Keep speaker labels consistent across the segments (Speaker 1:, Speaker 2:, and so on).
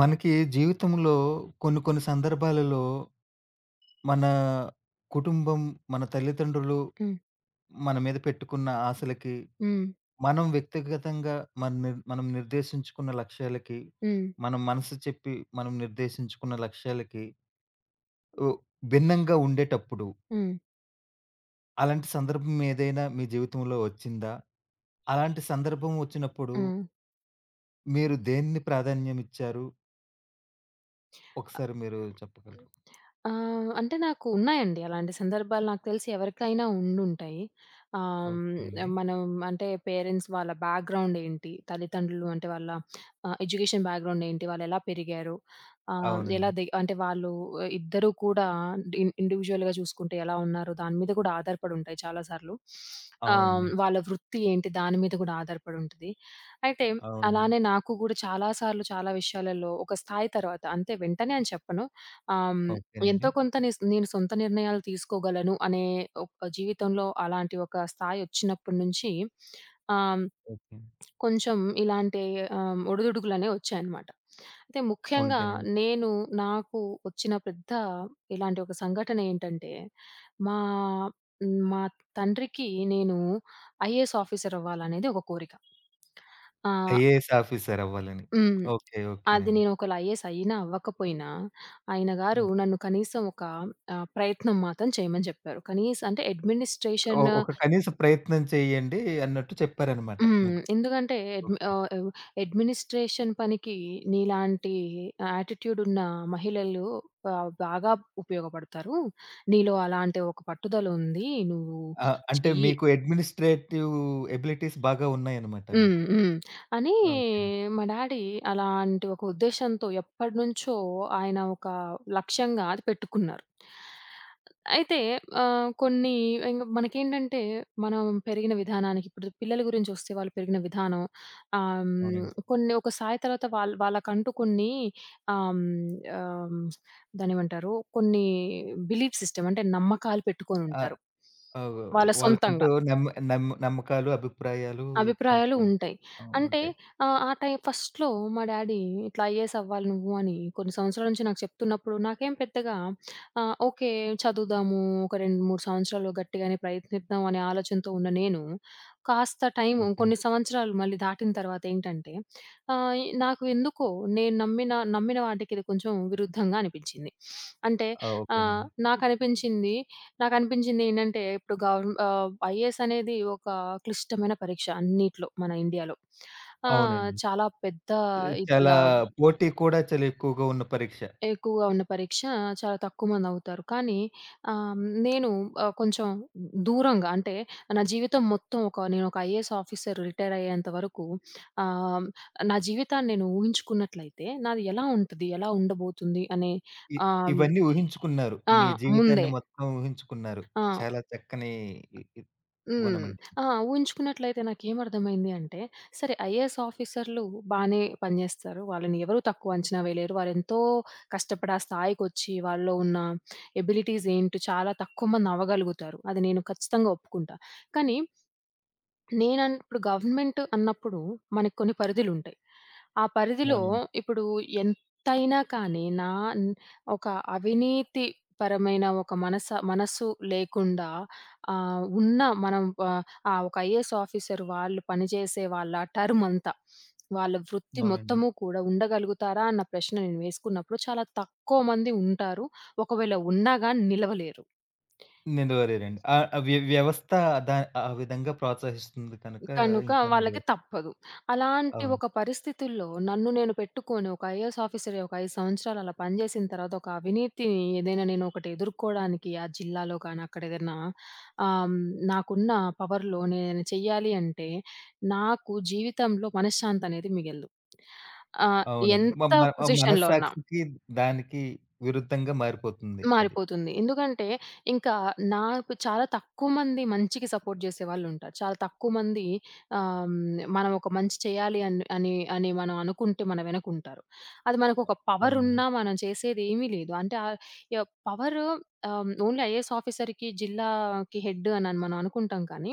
Speaker 1: మనకి జీవితంలో కొన్ని కొన్ని సందర్భాలలో మన కుటుంబం, మన తల్లిదండ్రులు
Speaker 2: హ్మ్.
Speaker 1: మన మీద పెట్టుకున్న ఆశలకి,
Speaker 2: హ్మ్.
Speaker 1: మనం వ్యక్తిగతంగా మన నిర్ మనం నిర్దేశించుకున్న లక్ష్యాలకి,
Speaker 2: హ్మ్.
Speaker 1: మన మనసు చెప్పి మనం నిర్దేశించుకున్న లక్ష్యాలకి ఉ భిన్నంగా ఉండేటప్పుడు,
Speaker 2: హ్మ్.
Speaker 1: అలాంటి సందర్భం ఏదైనా మీ జీవితంలో వచ్చిందా? అలాంటి సందర్భం వచ్చినప్పుడు
Speaker 2: హ్మ్.
Speaker 1: మీరు దేన్ని ప్రాధాన్యం ఇచ్చారు?
Speaker 2: ఆ!
Speaker 1: ఒకసారి మీరు చెప్పగలరు?
Speaker 2: అ! అంటే నాకు ఉన్నాయండి అలాంటి సందర్భాలు. నాకు తెలిసి ఎవరికైనా ఉండుంటాయి. ఆహ్,
Speaker 1: ఓకేనండి.
Speaker 2: హ్మ్, మనం అంటే పేరెంట్స్ వాళ్ళ బ్యాక్‌గ్రౌండ్ ఏంటి? తల్లిదండ్రులు అంటే వాళ్ళ ఎడ్యుకేషన్ బ్యాక్‌గ్రౌండ్ ఏంటి? వాళ్ళెలా పెరిగారు? ఆహ్,
Speaker 1: అవునండి.
Speaker 2: ఎలా ది అంటే వాళ్ళు ఇద్దరూ కూడా ఇండివిడ్యుయల్‌గా చూసుకుంటే ఎలా ఉన్నారు? దాని మీద కూడా ఆధారపడి ఉంటాయి చాలా సార్లు.
Speaker 1: అవునండి.
Speaker 2: వాళ్ళ వృత్తి ఏంటి? దాని మీద కూడా ఆధారపడి ఉంటది. అయితే
Speaker 1: అవునండి.
Speaker 2: అలానే నాకు కూడా చాలా సార్లు చాలా విషయాలలో ఒక స్థాయి తర్వాత అంతే వెంటనే అని చెప్పను. ఆహ్, హ్మ్
Speaker 1: ఓకేనండి.
Speaker 2: ఎంతో కొంత నేను సొంత నిర్ణయాలు తీసుకోగలను అనే ఒక జీవితంలో అలాంటి ఒక స్థాయొచ్చినప్పటి నుంచి ఆహ్,
Speaker 1: ఓకే.
Speaker 2: కొంచెం ఇలాంటి ఒడిదుడుకులనేవి వచ్చాయన్నమాట. అయితే ముఖ్యంగా
Speaker 1: ఉంటానండి.
Speaker 2: నేను నాకు వచ్చిన పెద్ద ఇలాంటి ఒక సంఘటన ఏంటంటే, మా మా తండ్రికి నేను ఐఏఎస్ ఆఫీసర్ అవ్వాలనేది ఒక కోరిక. ఆ!
Speaker 1: ఐఏఎస్ ఆఫీసర్ అవ్వాలని.
Speaker 2: హ్మ్.
Speaker 1: ఓకే.
Speaker 2: అది
Speaker 1: ఓకేనండి.
Speaker 2: నేను ఒకవేళ ఐఏఎస్ అయినా, అవ్వకపోయినా, ఆయన గారు
Speaker 1: ఓకే.
Speaker 2: నన్ను కనీసం ఒక ప్రయత్నం మాత్రం చేయమని చెప్పారు. కనీసం అంటే
Speaker 1: ఒ
Speaker 2: అడ్మినిస్ట్రేషన్.
Speaker 1: ఒక కనీస ప్రయత్నం చేయండి అన్నట్టు చెప్పారనమాట మీకు.
Speaker 2: ఎందుకంటే
Speaker 1: ఓకే.
Speaker 2: అడ్మినిస్ట్రేషన్ పనికి నీలాంటి యాటిట్యూడ్ ఉన్న మహిళలు బాగా ఉపయోగపడతారు. నీలో అలాంటి ఒక పట్టుదల ఉంది. నువ్వు
Speaker 1: ఆ! అంటే
Speaker 2: చెయ్యి.
Speaker 1: మీకు అడ్మినిస్ట్రేటివ్ ఎబిలిటీస్ బాగా ఉన్నాయన్నమాట
Speaker 2: హ్మ్.
Speaker 1: మీకు.
Speaker 2: హ్మ్. అని
Speaker 1: ఓకేనండి.
Speaker 2: మా డాడీ అలాంటి ఒక ఉద్దేశ్యంతో ఎప్పటినుంచో ఆయన ఒక లక్ష్యంగా అది పెట్టుకున్నారు. అయితే కొన్ని ఇంగ మనకేంటంటే మనం పెరిగిన విధానానికి ఇప్పుడు పిల్లల గురించొస్తే వాళ్ళు పెరిగిన విధానం ఆహ్, హ్మ్,
Speaker 1: అవునండి.
Speaker 2: కొన్ని ఒక స్థాయి తర్వాత వాళ్ళకంటూ కొన్ని ఆహ్, హ్మ్, ఆహ్, హ్మ్, దాన్నేమంటారు కొన్ని బిలీఫ్ సిస్టమ్ అంటే నమ్మకాలు
Speaker 1: ఆ!
Speaker 2: పెట్టుకొనుంటారు.
Speaker 1: ఆహ్,
Speaker 2: వాళ్ళ
Speaker 1: వాళ్ళకంటూ
Speaker 2: సొంతంగా.
Speaker 1: నమ్మ నమ్మ నమ్మకాలు, అభిప్రాయాలు
Speaker 2: అభిప్రాయాలు
Speaker 1: ఇట్లాంటివి ఉంటాయి.
Speaker 2: ఉంటాయి.
Speaker 1: ఆ!
Speaker 2: అంటే
Speaker 1: ఉంటాయి.
Speaker 2: ఆ టైం ఫస్ట్‌లో మా డ్యాడీ "ఇట్లా ఐఏఎస్ అవ్వాలి నువ్వు" అని కొన్ని సంవత్సరాల నుంచి నాకు చెప్తున్నప్పుడు నాకేం పెద్దగా ఓకే. చదువుదాము. ఒక 2, 3 సంవత్సరాలు గట్టిగానే ప్రయత్నిద్దాం అనే ఆలోచనతో ఉన్న నేను, కాస్త టైము
Speaker 1: ఓకే.
Speaker 2: కొన్ని సంవత్సరాలు మళ్ళీ దాటిన తర్వాత ఏంటంటే నాకు ఎందుకో నేను నమ్మిన నమ్మిన వాటికి ఇది కొంచెం విరుద్ధంగా అనిపించింది. అంటే
Speaker 1: ఆ!
Speaker 2: ఆహ్,
Speaker 1: ఓకేనండి.
Speaker 2: నాకనిపించింది నాకనిపించిందేంటంటే, ఇప్పుడు ఐఏఎస్ అనేది ఒక క్లిష్టమైన పరీక్ష అన్నిట్లో మన ఇండియాలో.
Speaker 1: అవునండి.
Speaker 2: చాలా పెద్ద
Speaker 1: చాలా
Speaker 2: ఇదిగా
Speaker 1: పోటీ కూడా చాలా ఎక్కువగా ఉన్న పరీక్ష.
Speaker 2: ఎక్కువగా ఉన్న పరీక్ష. చాలా తక్కువ మందవుతారు. కానీ ఆహ్, నేను కొంచెం దూరంగా అంటే, నా జీవితం మొత్తం ఒక నేనొక ఐఏఎస్ ఆఫీసర్ రిటైర్ అయ్యేంత వరకు ఆహ్, నా జీవితాన్ని నేను ఊహించుకున్నట్లయితే, నాది ఎలా ఉంటది? ఎలా ఉండబోతుంది? అనే
Speaker 1: ఇ
Speaker 2: ఆహ్,
Speaker 1: ఇవన్నీ ఊహించుకున్నారు.
Speaker 2: ఆ!
Speaker 1: మీ
Speaker 2: ముందే.
Speaker 1: జీవితాన్ని మొత్తం ఊహించుకున్నారు.
Speaker 2: ఆ!
Speaker 1: చాలా చక్కని ఇ ఇ
Speaker 2: హ్మ్.
Speaker 1: గుణమండి.
Speaker 2: ఆ! ఊహించుకున్నట్లయితే నాకేమర్థమైంది అంటే, సరే ఐఏఎస్ ఆఫీసర్‌లు బానే పనిజేస్తారు. వాళ్ళని ఎవరు తక్కువ అంచనా వేయలేరు. వారెంతో కష్టపడి ఆ స్థాయికొచ్చి, వాళ్ళలో ఉన్న ఎబిలిటీస్ ఏంటో చాలా తక్కువ మంది అవ్వగలుగుతారు. అది నేను ఖచ్చితంగా ఒప్పుకుంటా. కానీ ఇప్పుడు గవర్నమెంట్ అన్నప్పుడు మనకు కొన్ని పరిధులుంటాయి. ఆ పరిధిలో
Speaker 1: అవునండి.
Speaker 2: ఇప్పుడు ఎంతైనా కానీ నా న్ ఒక అవినీతి పరమైన ఒక మనస్సు లేకుండా ఉన్న మనం ఆహ్, ఆ! ఒక ఐఏఎస్ ఆఫీసర్ వాళ్ళు పనిచేసే వాళ్ళ టర్మ్ అంతా, వాళ్ళ వృత్తి
Speaker 1: అవునండి.
Speaker 2: మొత్తము కూడా ఉండగలుగుతారా అన్న ప్రశ్న నేను వేసుకున్నప్పుడు చాలా తక్కువ మంది ఉంటారు. ఒకవేళ ఉన్నా గాని నిలవలేరు.
Speaker 1: నెరవేరారండి. ఆ వ్యవస్థ ద ఆ విధంగా ప్రోత్సహిస్తుంది కనుక
Speaker 2: కనుక
Speaker 1: ఇంకా నెరవే
Speaker 2: వాళ్ళకి తప్పదు. అలాంటి
Speaker 1: అవును.
Speaker 2: ఒక పరిస్థితుల్లో నన్ను నేను పెట్టుకొని ఒక ఐఏఎస్ ఆఫీసర్ ఒక 5 సంవత్సరాలు అలా పనిచేసిన తర్వాత ఒక అవినీతిని ఏదైనా నేను ఒకటి ఎదుర్కోవడానికి ఆ జిల్లాలో గాని అక్కడ ఏదైనా ఆహ్, హ్మ్, నాకున్న పవర్‌లో నేను చెయ్యాలి అంటే నాకు జీవితంలో మనశ్శాంతి అనేది మిగలదు. ఆహ్,
Speaker 1: అవునండి. మ
Speaker 2: ఎంత
Speaker 1: మ
Speaker 2: పొజిషన్‌లో ఉన్న.
Speaker 1: మనస్సాక్షికి దానికి విరుద్ధంగా మారిపోతుంది అది.
Speaker 2: మారిపోతుంది. ఎందుకంటే, ఇంకా నాకు చాలా తక్కువ మంది మంచికి సపోర్ట్ జేసేవాళ్ళుంటారు. చాలా తక్కువ మంది మనం ఒక మంచి చేయాలి అన్ అని అని మనం అనుకుంటే మన వెనకుంటారు. అది మనకొక
Speaker 1: అవునండి.
Speaker 2: పవరున్నా మనం చేసేదేమీ లేదు. అంటే ఆహ్, య పవరు ఓన్లీ ఐఏఎస్ ఆఫీసర్‌కి, జిల్లాకి హెడ్ అనని మనం అనుకుంటాం కానీ,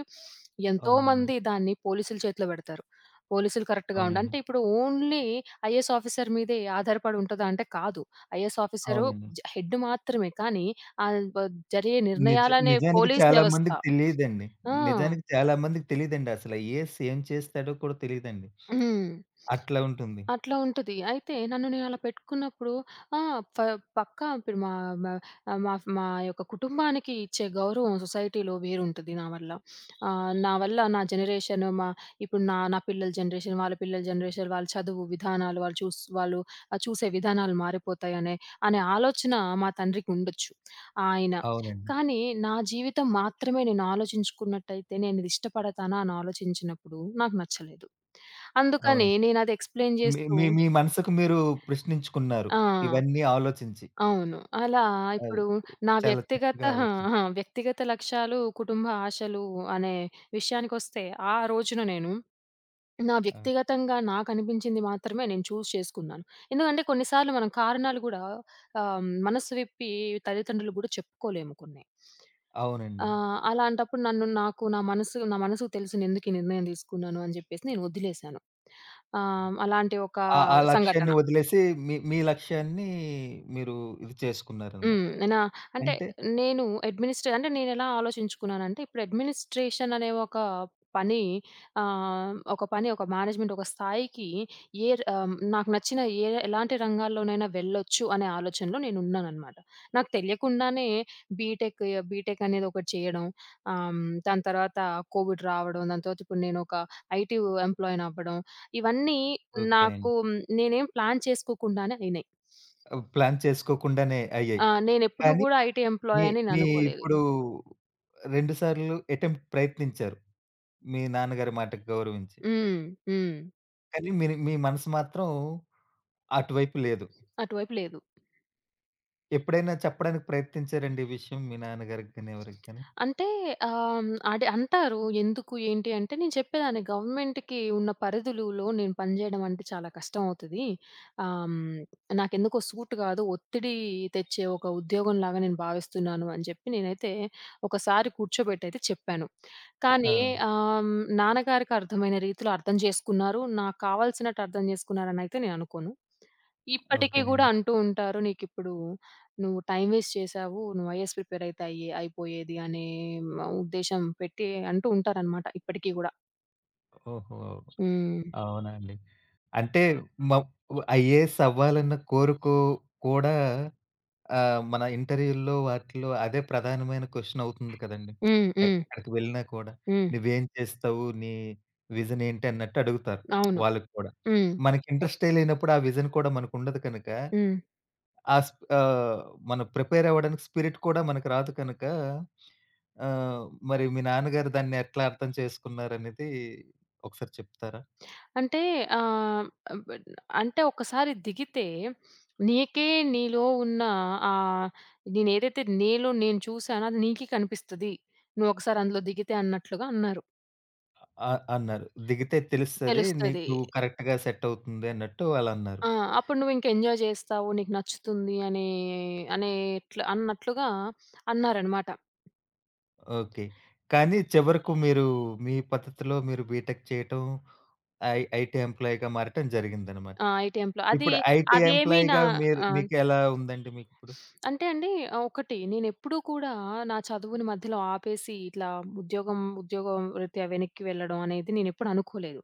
Speaker 1: అవునండి.
Speaker 2: ఎంతోమంది దాన్ని పోలీసుల చేతిలో బెడతారు. పోలీసులు కరెక్ట్‌గా ఉండ
Speaker 1: అవునండి.
Speaker 2: అంటే ఇప్పుడు ఓన్లీ ఐఏఎస్ ఆఫీసర్ మీదే ఆధారపడి ఉంటదా అంటే కాదు. ఐఏఎస్ ఆఫీసరు
Speaker 1: అవునండి.
Speaker 2: హెడ్ మాత్రమే. కానీ, ఆహ్, బ జరిగే
Speaker 1: నిజ
Speaker 2: నిర్ణయాలనే
Speaker 1: నిజానికి
Speaker 2: పోలీస్
Speaker 1: చాలా
Speaker 2: వ్యవస్థ.
Speaker 1: మందికి తెలీదండి.
Speaker 2: ఆ!
Speaker 1: నిజానికి చాలా మందికి తెలీదండి అసల. యేసు ఏం చేస్తాడో కూడా తెలీదండి.
Speaker 2: హ్మ్.
Speaker 1: అట్లా ఉంటుంది.
Speaker 2: అట్లా ఉంటది. అయితే నన్ను నేనలా పెట్టుకున్నప్పుడు ఆ! ఫ పక్కా ఇప్పుడు మా మా ఆహ్, మా మా యొక్క కుటుంబానికి ఇచ్చే గౌరవం సొసైటీలో వేరుంటది నా వల్ల. నా వల్ల నా జనరేషన్ మా ఇప్పుడు నా నా పిల్లల జనరేషన్, వాళ్ళ పిల్లల జనరేషన్, వాళ్ళ చదువు విధానాలు, వాళ్ళు చూసే విధానాలు మారిపోతాయనే అనే ఆలోచన మా తండ్రికుండొచ్చు. ఆయన
Speaker 1: అవునండి.
Speaker 2: కానీ నా జీవితం మాత్రమే నేను ఆలోచించుకున్నట్టయితే నేనిది ఇష్టపడతానా అని ఆలోచించినప్పుడు నాకు నచ్చలేదు. అందుకని
Speaker 1: అవును.
Speaker 2: నేనది ఎక్స్‌ప్లెయిన్
Speaker 1: మీ
Speaker 2: చేస్తూ
Speaker 1: మీ మీ మనసుకు మీరు ప్రశ్నించుకున్నారు.
Speaker 2: ఆ!
Speaker 1: ఇవన్నీ ఆలోచించి.
Speaker 2: అవును. అలా
Speaker 1: అవును.
Speaker 2: ఇప్పుడు నా
Speaker 1: చాలా
Speaker 2: వ్యక్తిగత
Speaker 1: చక్కగా
Speaker 2: ఆ! ఆ!
Speaker 1: ఆలోచించారు.
Speaker 2: వ్యక్తిగత లక్ష్యాలు, కుటుంబ ఆశలు అనే విషయానికొస్తే ఆ రోజున నేను నా
Speaker 1: ఆ!
Speaker 2: వ్యక్తిగతంగా నాకనిపించింది మాత్రమే నేను చూజ్ చేసుకున్నాను. ఎందుకంటే కొన్ని సార్లు మనం కారణాలు గూడా మనస్సు విప్పి తల్లిదండ్రులు గూడా చెప్పుకోలేము కొన్ని.
Speaker 1: అవునండి.
Speaker 2: అలాంటప్పుడు నన్ను నాకు నా మనసుకు తెలుసు నేనెందుకు ఈ నిర్ణయం తీసుకున్నాను అని జెప్పేసి నేను వదిలేశాను. అలాంటి ఒక
Speaker 1: ఆ ఆ లక్ష్యాన్ని
Speaker 2: సంఘటన.
Speaker 1: వదిలేసి మీ మీ లక్ష్యాన్ని మీరు ఇది చేసుకున్నారనమాట.
Speaker 2: హ్మ్. నా అంటే
Speaker 1: అంటే
Speaker 2: నేను అంటే నేనెలా ఆలోచించుకున్నానంటే, ఇప్పుడు అడ్మినిస్ట్రేషన్ అనే ఒక పని ఒక పని, ఒక మేనేజ్మెంట్, ఒక స్థాయికి నాకు నచ్చిన ఎలాంటి రంగాల్లోనైనా వెళ్ళొచ్చు అనే ఆలోచనలో నేనున్నాననమాట. నాకు తెలియకుండానే బీటెక్, బీటెక్ అనేది ఒకటి చేయడం, ఆహ్, దాని తర్వాత కోవిడ్ రావడం, దాని తర్వాత ఇప్పుడు నేనొక ఐటీ ఎంప్లాయీనవ్వడం, ఇవన్నీ
Speaker 1: ఓకేనండి.
Speaker 2: నాకు నేనేం ప్లాన్ చేసుకోకుండానే అయినాయి.
Speaker 1: ప్లాన్ చేసుకోకుండానే అయ్యాయి.
Speaker 2: ఆ! నేనెప్పుడూ
Speaker 1: కానీ
Speaker 2: గూడా ఐటీ
Speaker 1: మీ
Speaker 2: ఎంప్లాయీ అని
Speaker 1: మీ
Speaker 2: నేననుకోలేదు.
Speaker 1: ఇప్పుడు 2 సార్లు అటెంప్ట్ ప్రయత్నించారు. మీ నాన్నగారి మాటకు గౌరవించి.
Speaker 2: హ్మ్. హ్మ్.
Speaker 1: కానీ మీరు మీ మనసు మాత్రం అటువైపు లేదు.
Speaker 2: అటువైపు లేదు.
Speaker 1: ఎప్పుడైనా చెప్పడానికి ప్రయత్నించారండి ఈ విషయం మీ నాన్నగారికి గాని, ఎవరికి గాని?
Speaker 2: అంటే ఆహ్, అదే అంటారు. ఎందుకు ఏంటి అంటే నేను చెప్పేదాన్ని గవర్నమెంట్‌కి ఉన్న పరిధులులో నేను పనిచేయడం అంటే చాలా కష్టం అవుతది. ఆహ్, హ్మ్, నాకెందుకో సూట్ కాదు. ఒత్తిడి తెచ్చే ఒక ఉద్యోగంలాగా నేను భావిస్తున్నాను అని చెప్పి నేనైతే ఒకసారి కూర్చోబెట్టి అయితే చెప్పాను.
Speaker 1: ఆ!
Speaker 2: కానీ ఆహ్, హ్మ్, నాన్నగారికి అర్థమైన రీతిలో అర్థం చేసుకున్నారు. నాకు కావాల్సినట్టు అర్థం చేసుకున్నారనైతే నేను అనుకోను. ఇప్పటికి గూడా
Speaker 1: ఓకేనండి.
Speaker 2: అంటూ ఉంటారు. నీకిప్పుడు నువ్వు టైమ్ వేస్ట్ చేశావు. నువ్వు ఐఏఎస్ ప్రిపేర్ అయితే అయిపోయేది అనే ఉద్దేశ్యం పెట్టి అంటూ ఉంటారనమాట ఇప్పటికి గూడా.
Speaker 1: ఓహో!
Speaker 2: హ్మ్.
Speaker 1: అవునా అండి. అంటే మ ఐఏఎస్ అవ్వాలన్న కోరిక కూడా మన ఇంటర్వ్యూల్లో వాటిలో అదే ప్రధానమైన క్వెషన్ అవుతుంది కదండీ.
Speaker 2: హ్మ్. హ్మ్.
Speaker 1: ఎక్కడికి వెళ్ళినా కూడా.
Speaker 2: హ్మ్.
Speaker 1: "నువ్వేం చేస్తావు? నీ విజన్ ఏంటి?" అన్నట్టు అడుగుతారు
Speaker 2: అవును.
Speaker 1: వాళ్ళకి కూడా.
Speaker 2: హ్మ్.
Speaker 1: మనకి ఇంట్రెస్టే లేనప్పుడు ఆ విజన్ కూడా మనకుండదు కనుక
Speaker 2: హ్మ్.
Speaker 1: ఆ స్ప్ మనం ప్రిపేర్ అవ్వడానికి స్పిరిట్ కూడా మనకు రాదు కనుక ఆహ్, మరి మీ నాన్నగారు దాన్ని ఎట్లా అర్థం చేసుకున్నారనేది ఒకసారి చెప్తారా?
Speaker 2: అంటే ఆహ్, బ్ అంటే ఒక్కసారి దిగితే నీకే నీలో ఉన్న ఆహ్, నేనేదైతే నీలో నేను చూసానో అది నీకే కనిపిస్తది. నువ్వు ఒకసారి అందులో దిగితే అన్నట్లుగా అన్నారు.
Speaker 1: అన్నారు. దిగితే తెలుస్తది.
Speaker 2: తెలుస్తది.
Speaker 1: నువ్వు కరెక్ట్‌గా సెట్ అవుతుంది అన్నట్టు వాళ్ళన్నారు.
Speaker 2: ఆ! అప్పుడు నువ్వింక ఎంజాయ్ చేస్తావు. నీకు నచ్చుతుంది అనే అన్నట్లుగా అన్నారనమాట.
Speaker 1: ఓకే. కానీ చివరకు మీరు మీ పద్ధతిలో మీరు బీటెక్ చేయటం, ఐటీ ఎంప్లాయీగా మారటం జరిగిందనమాట.
Speaker 2: ఆ! ఏటీఎంలో. అది
Speaker 1: ఇప్పుడు ఐటీ
Speaker 2: అదేమి నా
Speaker 1: ఎంప్లాయీగా మీరు
Speaker 2: ఆ!
Speaker 1: మీకు ఎలా ఉందండి మీకిప్పుడు?
Speaker 2: అంటే అండి ఒకటి నేనెప్పుడూ కూడా నా చదువుని మధ్యలో ఆపేసి ఇట్లా ఉద్యోగం ఉద్యోగం రీత్యా వెనక్కి వెళ్ళడం అనేది నేనెప్పుడు అనుకోలేదు.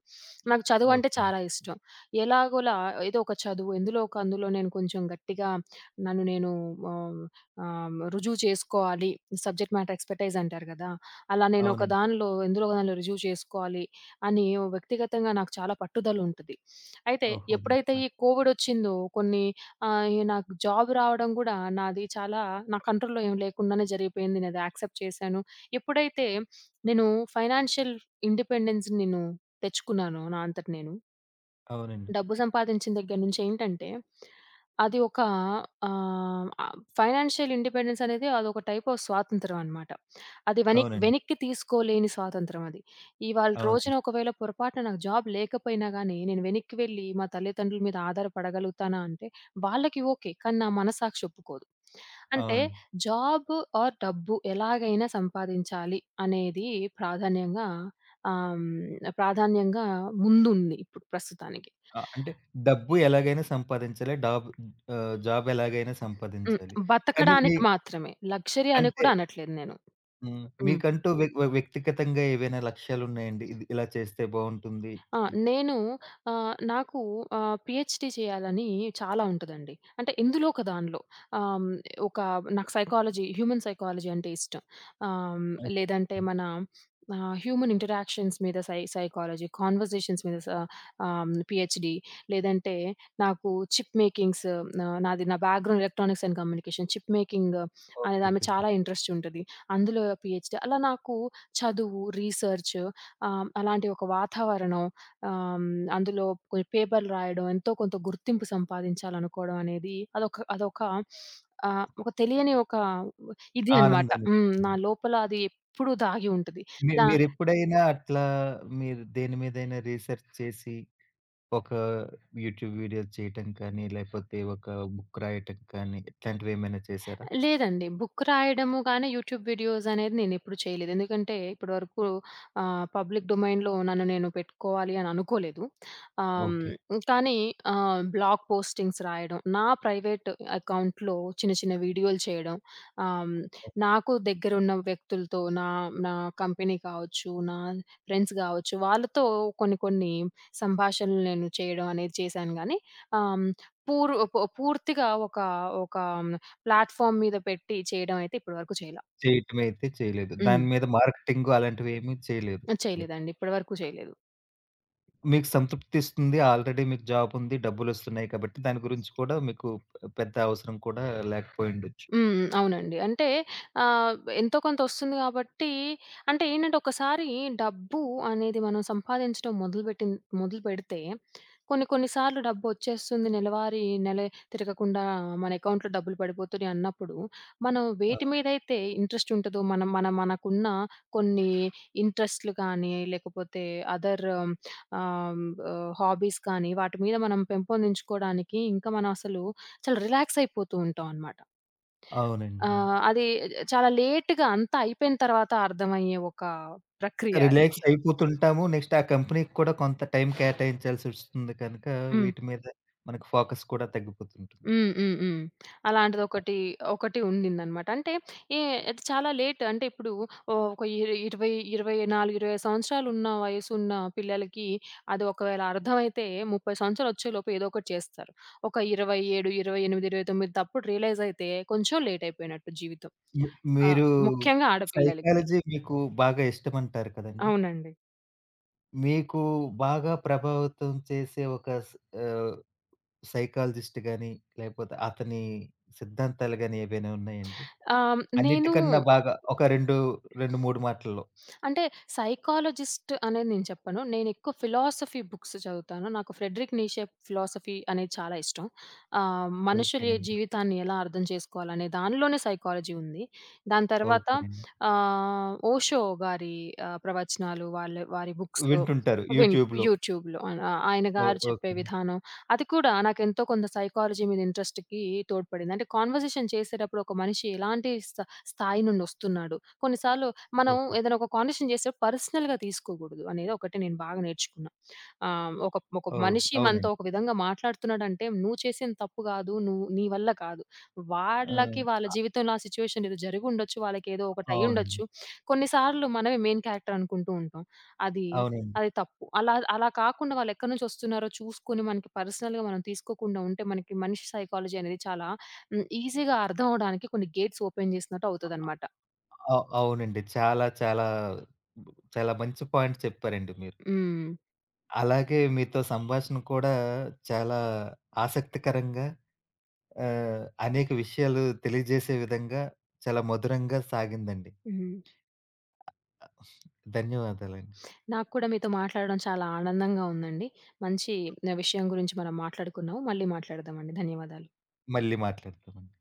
Speaker 2: నాకు చదువంటే
Speaker 1: ఓకే అండి.
Speaker 2: చాలా ఇష్టం. ఎలాగోలా ఏదో ఒక చదువు ఎందులో ఒక అందులో నేను కొంచెం గట్టిగా నన్ను నేను ఆహ్, ఆహ్, రుజువు చేసుకోవాలి. సబ్జెక్ట్ మ్యాటర్ ఎక్స్‌పర్టైజ్ అంటారు గదా! అలా నేను ఒక
Speaker 1: అవునండి.
Speaker 2: దానిలో ఎందులో ఒక దానిలో రుజువు చేసుకోవాలి అని వ్యక్తిగతంగా నాకు చాలా పట్టుదలుంటది. అయితే
Speaker 1: ఓహోహో!
Speaker 2: ఎప్పుడైతే ఈ
Speaker 1: అవునండి.
Speaker 2: కోవిడొచ్చిందో కొన్ని ఇగ నాకు జాబ్ రావడం గూడా నాది చాలా నా కంట్రోల్‌లో ఏం లేకుండానే జరిగిపోయింది. నేను అది యాక్సెప్ట్ చేశాను. ఎప్పుడైతే నేను ఫైనాన్షియల్ ఇండిపెండెన్స్‌ని నేను తెచ్చుకున్నానో నా అంతట నేను
Speaker 1: అవునండి.
Speaker 2: డబ్బు సంపాదించిన దగ్గర నుంచి ఏంటంటే, అది ఒక ఆహ్, ఆహ్, ఫైనాన్షియల్ ఇండిపెండెన్స్ అనేది అదొక టైప్ ఆఫ్ స్వాతంత్రం అనమాట. అది
Speaker 1: అవునండి.
Speaker 2: వెనక్కి తీసుకోలేని స్వాతంత్రం అది. ఇవాళ రోజున
Speaker 1: అవునండి.
Speaker 2: ఒకవేళ పొరపాటున నాకు జాబ్ లేకపోయినా గానీ, నేను వెనక్కి వెళ్లి మా తల్లిదండ్రుల మీద ఆధారపడగలుగుతానా అంటే, వాళ్ళకి ఓకే. కానీ నా మనస్సాక్షి ఒప్పుకోదు. అంటే
Speaker 1: అవును.
Speaker 2: జాబ్ ఆర్ డబ్బు ఎలాగైనా సంపాదించాలి అనేది ప్రాధాన్యంగా ఆహ్, హ్మ్, ప్రాధాన్యంగా ముందుంది ఇప్పుడు ప్రస్తుతానికి.
Speaker 1: అంటే డబ్బు ఎలాగైనా సంపాదించాలి. జాబ్ ఎలాగైనా
Speaker 2: హ్మ్.
Speaker 1: సంపాదించాలి. కానీ మీ
Speaker 2: బతకడానికి మాత్రమే. లగ్జరీ అని
Speaker 1: అంటే
Speaker 2: కూడా అనట్లేదు నేను.
Speaker 1: హ్మ్.
Speaker 2: హ్మ్.
Speaker 1: మీకంటూ వ్య వ్య వ్యక్తిగతంగా ఏవైనా లక్ష్యాలున్నాయండి? ఇది ఇలా చేస్తే బావుంటుంది.
Speaker 2: ఆ!
Speaker 1: ఇట్
Speaker 2: నేను నాకు పీహెచ్‌డీ చేయాలని చాలా ఉంటదండి. అంటే ఇందులో ఒక దానిలో ఆహ్, హ్మ్, ఒక నాకు సైకాలజీ, హ్యూమన్ సైకాలజీ అంటే ఇష్టం. ఆహ్, హ్మ్,
Speaker 1: ఓకే.
Speaker 2: లేదంటే మన హ్యూమన్ ఇంటరాక్షన్స్ మీద సైకాలజీ, కాన్వర్జేషన్స్ మీద పీహెచ్‌డీ లేదంటే నాకు చిప్ మేకింగ్స్. నాది నా background electronics and communication. Chip making
Speaker 1: okay.
Speaker 2: అనేది ఆమె
Speaker 1: ఓకే.
Speaker 2: చాలా ఇంట్రెస్ట్ ఉంటది. అందులో పీహెచ్‌డీ అలా నాకు చదువు, రీసెర్చ్ అలాంటి ఒక వాతావరణం. ఆహ్, హ్మ్. అందులో కొన్ని పేపర్‌లు రాయడం, ఎంతో కొంత గుర్తింపు సంపాదించాలనుకోవడం అనేది అదొక అదొక ఒక తెలియని ఒక ఇది అన్నమాట.
Speaker 1: ఆనందాన్ని
Speaker 2: హ్మ్. నా
Speaker 1: ఇస్తుంది.
Speaker 2: లోపల అది ఎప్పుడూ దాగి ఉంటది. దా
Speaker 1: మీరెప్పుడైనా అట్లా మీరు దేని మీదైనా రీసెర్చ్ చేసి ఒక యూట్యూబ్ వీడియో చేయటం కానీ, లేకపోతే ఒక బుక్ రాయటం కానీ ఇట్లాంటివేమైనా చేశారా?
Speaker 2: లేదండి. బుక్ రాయడము గాని, యూట్యూబ్ వీడియోస్ అనేది నేనెప్పుడు చేయలేదు. ఎందుకంటే, ఇప్పటి వరకు పబ్లిక్ డొమైన్‌లో నన్ను నేను పెట్టుకోవాలి అని అనుకోలేదు. ఆహ్,
Speaker 1: ఓకే.
Speaker 2: కానీ బ్లాగ్ పోస్టింగ్స్ రాయడం, నా ప్రైవేట్ అకౌంట్‌లో చిన్న, చిన్న వీడియోలు చేయడం, ఆహ్, హ్మ్, నాకు దగ్గరున్న వ్యక్తులతో నా నా కంపెనీ కావచ్చు, నా ఫ్రెండ్స్ గావచ్చు, వాళ్ళతో కొన్ని, కొన్ని సంభాషణలు నేను చేయడం అనేది చేశాను గానీ, ఆహ్, పూర్ పూ పూర్తిగా ఒక ఒక ప్లాట్‌ఫార్మ్ మీద పెట్టి చేయడం అయితే ఇప్పటి వరకు చేయలా.
Speaker 1: చేయటమైతే చేయలేదు. దాని
Speaker 2: హ్మ్.
Speaker 1: మీద మార్కెటింగ్ అలాంటివేమీ చేయలేదు మీరు.
Speaker 2: చేయలేదండి. ఇప్పటి వరకు చేయలేదు.
Speaker 1: మీకు సంతృప్తిస్తుంది. ఆల్రెడీ మీకు జాబుంది. డబ్బులొస్తున్నాయి కాబట్టి దాని గురించి కూడా మీకు పెద్ద అవసరం కూడా లేకపోయుండొచ్చు.
Speaker 2: హ్మ్. హ్మ్. అవునండి. అంటే ఆహ్, ఎంతో కొంత ఒస్తుంది గాబట్టి అంటే ఏంటంటే ఒకసారి డబ్బు అనేది మనం సంపాదించడం మొదలుపెడితే కొన్ని కొన్ని సార్లు డబ్బొచ్చేస్తుంది. నెల తిరగకుండా మన అకౌంట్‌లో డబ్బులు పడిపోతున్నాయి అన్నప్పుడు, మనం వేటి
Speaker 1: అవును.
Speaker 2: మీదైతే ఇంట్రెస్ట్ ఉంటదో మనం మనకున్న కొన్ని ఇంట్రెస్ట్‌లు కానీ, లేకపోతే అదర్ ఆహ్, ఆహ్, హాబీస్ కానీ వాటి మీద మనం పెంపొందించుకోడానికి ఇంకా మనం అసలు చాలా రిలాక్స్ అయిపోతూ ఉంటాం అనమాట.
Speaker 1: అవునండి.
Speaker 2: ఆ!
Speaker 1: అవును.
Speaker 2: అది చాలా లేట్‌గా అంతా అయిపోయిన తర్వాత అర్థమయ్యే ఒక ప్రక్రియ అది.
Speaker 1: రిలాక్స్ అయిపోతుంటాము. నెక్స్ట్ ఆ కంపెనీకి కూడా కొంత టైం కేటాయించాల్సొస్తుంది కనుక
Speaker 2: హ్మ్.
Speaker 1: వీటి మీద మనకు ఫోకస్ కూడా తగ్గిపోతుంటుంది.
Speaker 2: హ్మ్. హ్మ్. హ్మ్. అలాంటిదొకటి ఉండిందనమాట. అంటే ఏ అది చాలా లేట్ అంటే ఇప్పుడు ఓహ్, ఒక 20, 24, 25 సంవత్సరాలున్న వయసున్న పిల్లలకి అది ఒకవేళ అర్థమైతే 30 సంవత్సరాలు వచ్చేలోపు ఏదో ఒకటి చేస్తారు. ఒక 27, 28, 29 తప్పుడు రియలైజ్ అయితే కొంచెం లేట్ అయిపోయినట్టు జీవితం.
Speaker 1: మీ
Speaker 2: ఆ!
Speaker 1: మీరు
Speaker 2: ముఖ్యంగా ఆడపిల్లలకి.
Speaker 1: సైకాలజీ మీకు బాగా ఇష్టమంటారు కదండీ!
Speaker 2: అవునండి.
Speaker 1: మీకు బాగా ప్రభావితం చేసే ఒక ఆహ్ సైకాలజిస్ట్ గాని, లేపోతే అతని సిద్ధాంతాలు గాని ఏవైనా ఉన్నాయండి?
Speaker 2: ఆహ్, నేను
Speaker 1: అన్నిటికన్నా బాగా ఒక 2, 2, 3 మాటల్లో.
Speaker 2: అంటే సైకాలజిస్ట్ అనేది నేను చెప్పను. నేనెక్కువ ఫిలాసఫీ బుక్స్ చదువుతాను. నాకు 'ఫ్రెడరిక్ నీషే' ఫిలాసఫీ అనేది చాలా ఇష్టం. మనుషుల
Speaker 1: ఓకేనండి.
Speaker 2: జీవితాన్ని ఎలా అర్థం చేసుకోవాలనే దానిలోనే సైకాలజీ ఉంది. దాని తర్వాత
Speaker 1: ఓకేనండి.
Speaker 2: ఓషో గారి ప్రవచనాలు వారి బుక్స్.
Speaker 1: వింటుంటారు
Speaker 2: విన్
Speaker 1: యూట్యూబ్‌లో.
Speaker 2: యూట్యూబ్‌లో ఆయన ఆయన
Speaker 1: ఓహ్!
Speaker 2: గారు చెప్పే
Speaker 1: ఓకేనండి.
Speaker 2: విధానం అది కూడా నాకెంతో కొంత సైకాలజీ మీద ఇంట్రెస్ట్‌కి తోడ్పడింది. అంటే కాన్వర్జేషన్ చేసేటప్పుడు ఒక మనిషి ఎలాంటి స్థాయి నుండొస్తున్నాడు. కొన్ని సార్లు మనం
Speaker 1: ఓకే.
Speaker 2: ఏదైనా ఒక కాన్వర్జేషన్ చేసేటప్పుడు పర్సనల్‌గా తీసుకోకూడదు అనేది ఒకటి నేను బాగా నేర్చుకున్నా. ఒక ఒక
Speaker 1: ఓహ్!
Speaker 2: మనిషి మనతో
Speaker 1: అవునండి.
Speaker 2: ఒక విధంగా మాట్లాడుతున్నాడంటే, నువ్వు చేసింది తప్పు కాదు. నువ్వు నీ వల్ల కాదు.
Speaker 1: ఆ!
Speaker 2: వాళ్ళకి వాళ్ళ జీవితంలో ఆ సిట్యుయేషన్ ఏదో జరిగుండొచ్చు. వాళ్ళకేదో ఒకటి
Speaker 1: అవునండి.
Speaker 2: అయ్యుండొచ్చు. కొన్ని సార్లు మనమే మెయిన్ క్యారెక్టర్ అనుకుంటూ ఉంటాం. అది
Speaker 1: అవునండి.
Speaker 2: అది తప్పు. అలా అలా కాకుండా వాళ్ళు ఎక్కడి నుంచి వస్తున్నారో చూసుకొని మనకి పర్సనల్‌గా మనం తీసుకోకుండా ఉంటే మనకి మనిషి సైకాలజీ అనేది చాలా ఈజీగా అర్థం అవ్వడానికి కొన్ని గేట్స్ ఓపెన్ చేసినట్టు అవుతదనమాట.
Speaker 1: అవునండి. చాలా చాలా చాలా మంచి పాయింట్ చెప్పారండి మీరు.
Speaker 2: హ్మ్.
Speaker 1: అలాగే మీతో సంభాషణ కూడా చాలా ఆసక్తికరంగా అనేక విషయాలు తెలియజేసే విధంగా చాలా మధురంగా సాగిందండి.
Speaker 2: హ్మ్.
Speaker 1: ధన్యవాదాలండి.
Speaker 2: నాకు కూడా మీతో మాట్లాడడం చాలా ఆనందంగా ఉందండి. మంచి విషయం గురించి మనం మాట్లాడుకున్నాము. మళ్ళీ మాట్లాడదామండి. ధన్యవాదాలు.
Speaker 1: మళ్ళీ మాట్లాడతామండి.